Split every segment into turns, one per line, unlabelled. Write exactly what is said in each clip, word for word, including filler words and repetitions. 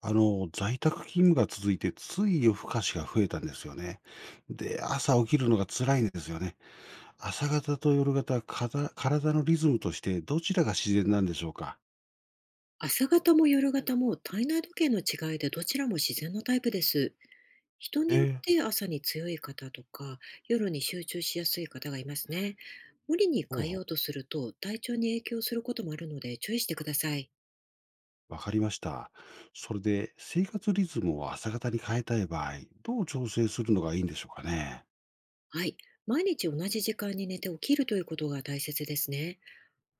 あの、在宅勤務が続いて、つい夜更かしが増えたんですよね。で、朝起きるのが辛いんですよね。朝方と夜方、かた体のリズムとしてどちらが自然なんでしょうか？
朝方も夜方も体内時計の違いでどちらも自然のタイプです。人によっ
ええ。
て朝に強い方とか夜に集中しやすい方がいますね。無理に
ほう
変え
ほう。
ようとすると体調に影響することもあるので注意してください。
わかりました。それで、生活リズムを朝方に変えたい場合、どう調整するのがいいんでしょうかね？
はい。毎日同じ時間に寝て起きるということが大切ですね。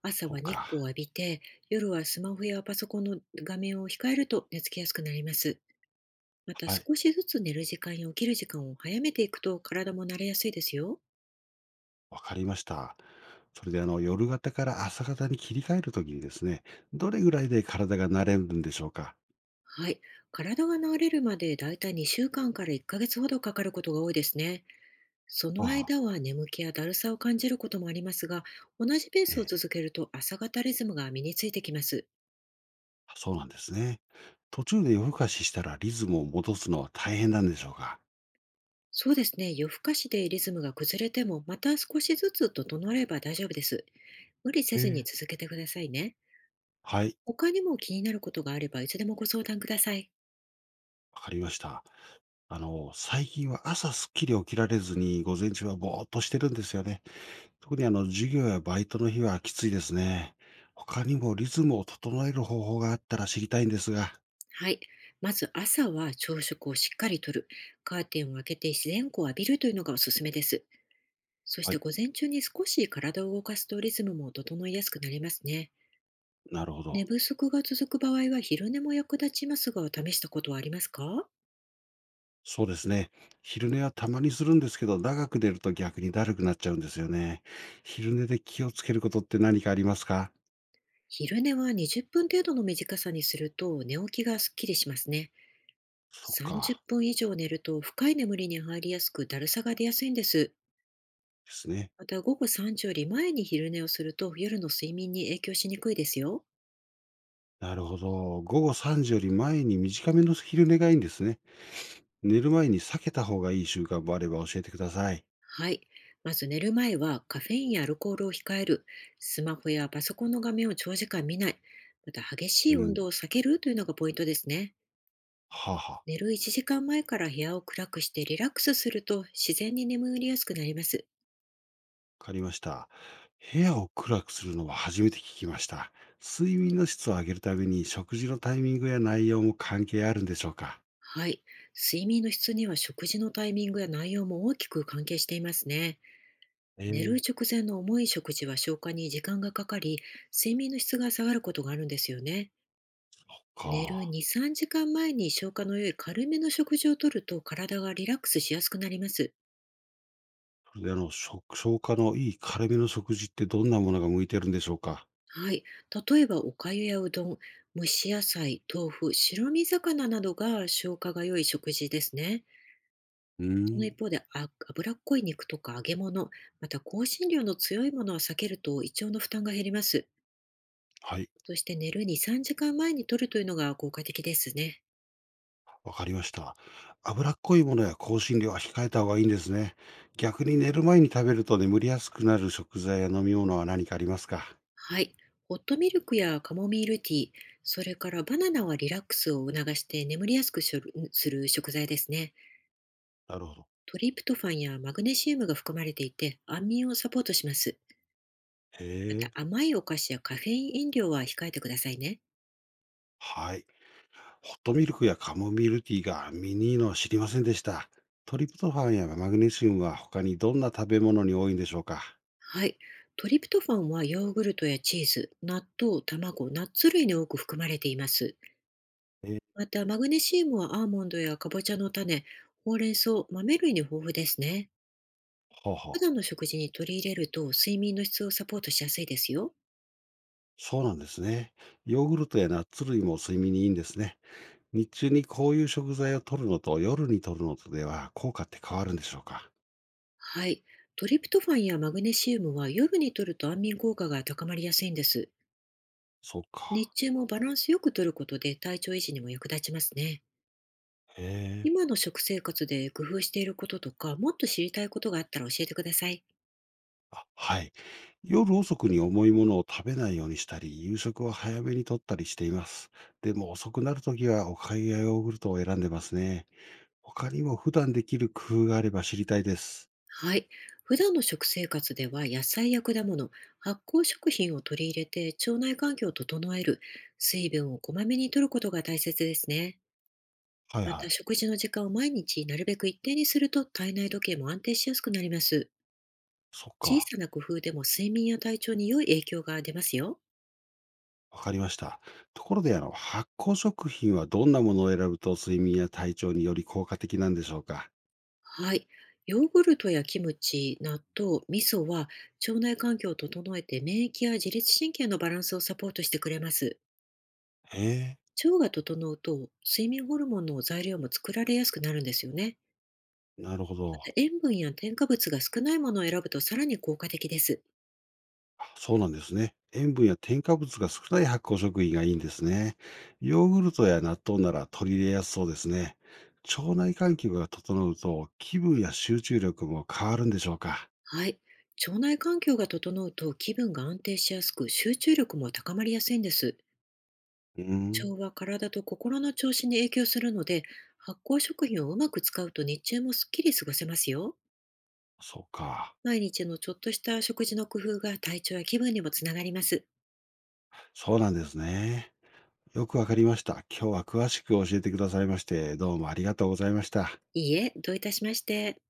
朝
そう
は日
か。
光を浴びて、夜はスマホやパソコンの画面を控えると寝つきやすくなります。また
はい。
少しずつ寝る時間や起きる時間を早めていくと体も慣れやすいですよ。
わかりました。それで、あの、夜型から朝型に切り替えるときにですね、どれぐらいで体が慣れるんでしょうか？
はい。体が治れるまでだいたいにしゅうかんかんからいっかげつほどかかることが多いですね。そ
あ
の
あ。
間は眠気やだるさを感じることもありますが、同じペー
え
スを
え。
続けると朝型リズムが身についてきます。
そうなんですね。途中で夜更かししたらリズムを戻すのは大変なんでしょうか？
そうですね。夜更かしでリズムが崩れても、また少しずつ整えれば大丈夫です。無理せ
え
ずに
え、
続けてくださいね。
はい、
他にも気になることがあれば、いつでもご相談ください。
わかりました。あの、最近は朝すっきり起きられずに午前中はぼーっとしてるんですよね。特にあの、授業やバイトの日はきついですね。他にもリズムを整える方法があったら知りたいんですが。
はい。まず朝は朝食をしっかりとる。カーテンを開けて自然光を浴びるというのがおすすめです。そし
は
て
い、
午前中に少し体を動かすとリズムも整いやすくなりますね。
なるほど。
寝不足が続く場合は昼寝も役立ちますが、試したことはありますか？
そうですね。昼寝はたまにするんですけど、長く寝ると逆にだるくなっちゃうんですよね。昼寝で気をつけることって何かありますか？
昼寝はにじゅっぷん程度の短さにすると寝起きがすっきりしますね。
そっ
30
か。
分以上寝ると深い眠りに入りやすくだるさが出やすいんです。
ですね。
また午後さんじより前に昼寝をすると夜の睡眠に影響しにくいですよ。
なるほど。午後さんじより前に短めの昼寝がいいんですね。寝る前に避けた方がいい習慣もあれば教えてください。
はい。まず寝る前はカフェインやアルコールを控える、スマホやパソコンの画面を長時間見ない、また激しい
う
運
ん。
動を避けるというのがポイントですね。
はあ、はあ、わ
寝るいちじかんまえから部屋を暗くしてリラックスすると自然に眠りやすくなります。
かりました。部屋を暗くするのは初めて聞きました。睡眠の質を上げるために食事のタイミングや内容も関係あるんでしょうか？
はい。睡眠の質には食事のタイミングや内容も大きく関係していますね。寝る直前の重い食事は消化に時間がかかり、睡眠の質が下がることがあるんですよね。
そっ
寝る
か。
に、さんじかんまえに消化の良い軽めの食事をとると体がリラックスしやすくなります。
それであの、食消化のいい軽めの食事ってどんなものが向いてるんでしょうか？
はい。例えば、おかゆやうどん、蒸し野菜、豆腐、白身魚などが消化が良い食事ですね。
う
その
ーん。
一方で、あ脂っこい肉とか揚げ物、また香辛料の強いものは避けると胃腸の負担が減ります。
はい。
そして寝るに、さんじかんまえにとるというのが効果的ですね。
わかりました。脂っこいものや香辛料は控えた方がいいんですね。逆に寝る前に食べると眠りやすくなる食材や飲み物は何かありますか？
はい。ホットミルクやカモミールティー、それからバナナはリラックスを促して眠りやすくしょるする食材ですね。
なるほど。
トリプトファンやマグネシウムが含まれていて、安眠をサポートします。
へ
また
え。
甘いお菓子やカフェイン飲料は控えてくださいね。
はい。ホットミルクやカモミールティーが身にいいのは知りませんでした。トリプトファンやマグネシウムは他にどんな食べ物に多いんでしょうか？
はい。トリプトファンはヨーグルトやチーズ、納豆、卵、ナッツ類に多く含まれています。
え。
またマグネシウムはアーモンドやカボチャの種、ほうれん草、豆類に豊富ですね。
ほうほう。
普段の食事に取り入れると睡眠の質をサポートしやすいですよ。
そうなんですね。ヨーグルトやナッツ類も睡眠にいいんですね。日中にこういう食材を摂るのと夜に摂るのとでは効果って変わるんでしょうか？
はい。トリプトファンやマグネシウムは夜に摂ると安眠効果が高まりやすいんです。
そっ
日
か。
中もバランスよく摂ることで体調維持にも役立ちますね。
へえ。
今の食生活で工夫していることとか、もっと知りたいことがあったら教えてください。
あ、はい。夜遅くに重いものを食べないようにしたり、夕食は早めにとったりしています。でも遅くなるときはお粥やヨーグルトを選んでますね。他にも普段できる工夫があれば知りたいです。
はい。普段の食生活では野菜や果物、発酵食品を取り入れて腸内環境を整える、水分をこまめに摂ることが大切ですね。
はい
ま
は
た、
い。
食事の時間を毎日なるべく一定にすると体内時計も安定しやすくなります。
そっ
小
か。
さな工夫でも睡眠や体調に良い影響が出ますよ。
わかりました。ところで、あの、発酵食品はどんなものを選ぶと睡眠や体調により効果的なんでしょうか？
はい。ヨーグルトやキムチ、納豆、味噌は腸内環境を整えて免疫や自律神経のバランスをサポートしてくれます。
へえ。
腸が整うと睡眠ホルモンの材料も作られやすくなるんですよね。
なるほ
ま
ど。
た塩分や添加物が少ないものを選ぶとさらに効果的です。
あ、そうなんですね。塩分や添加物が少ない発酵食品がいいんですね。ヨーグルトや納豆なら取り入れやすそうですね。腸内環境が整うと気分や集中力も変わるんでしょうか？
はい。腸内環境が整うと気分が安定しやすく、集中力も高まりやすいんです。
うー
腸
ん、
は体と心の調子に影響するので、発酵食品をうまく使うと日中もすっきり過ごせますよ。
そうか。
毎日のちょっとした食事の工夫が体調や気分にもつながります。
そうなんですね。よくわかりました。今日は詳しく教えてくださいまして、どうもありがとうございました。
いいえ、どういたしまして。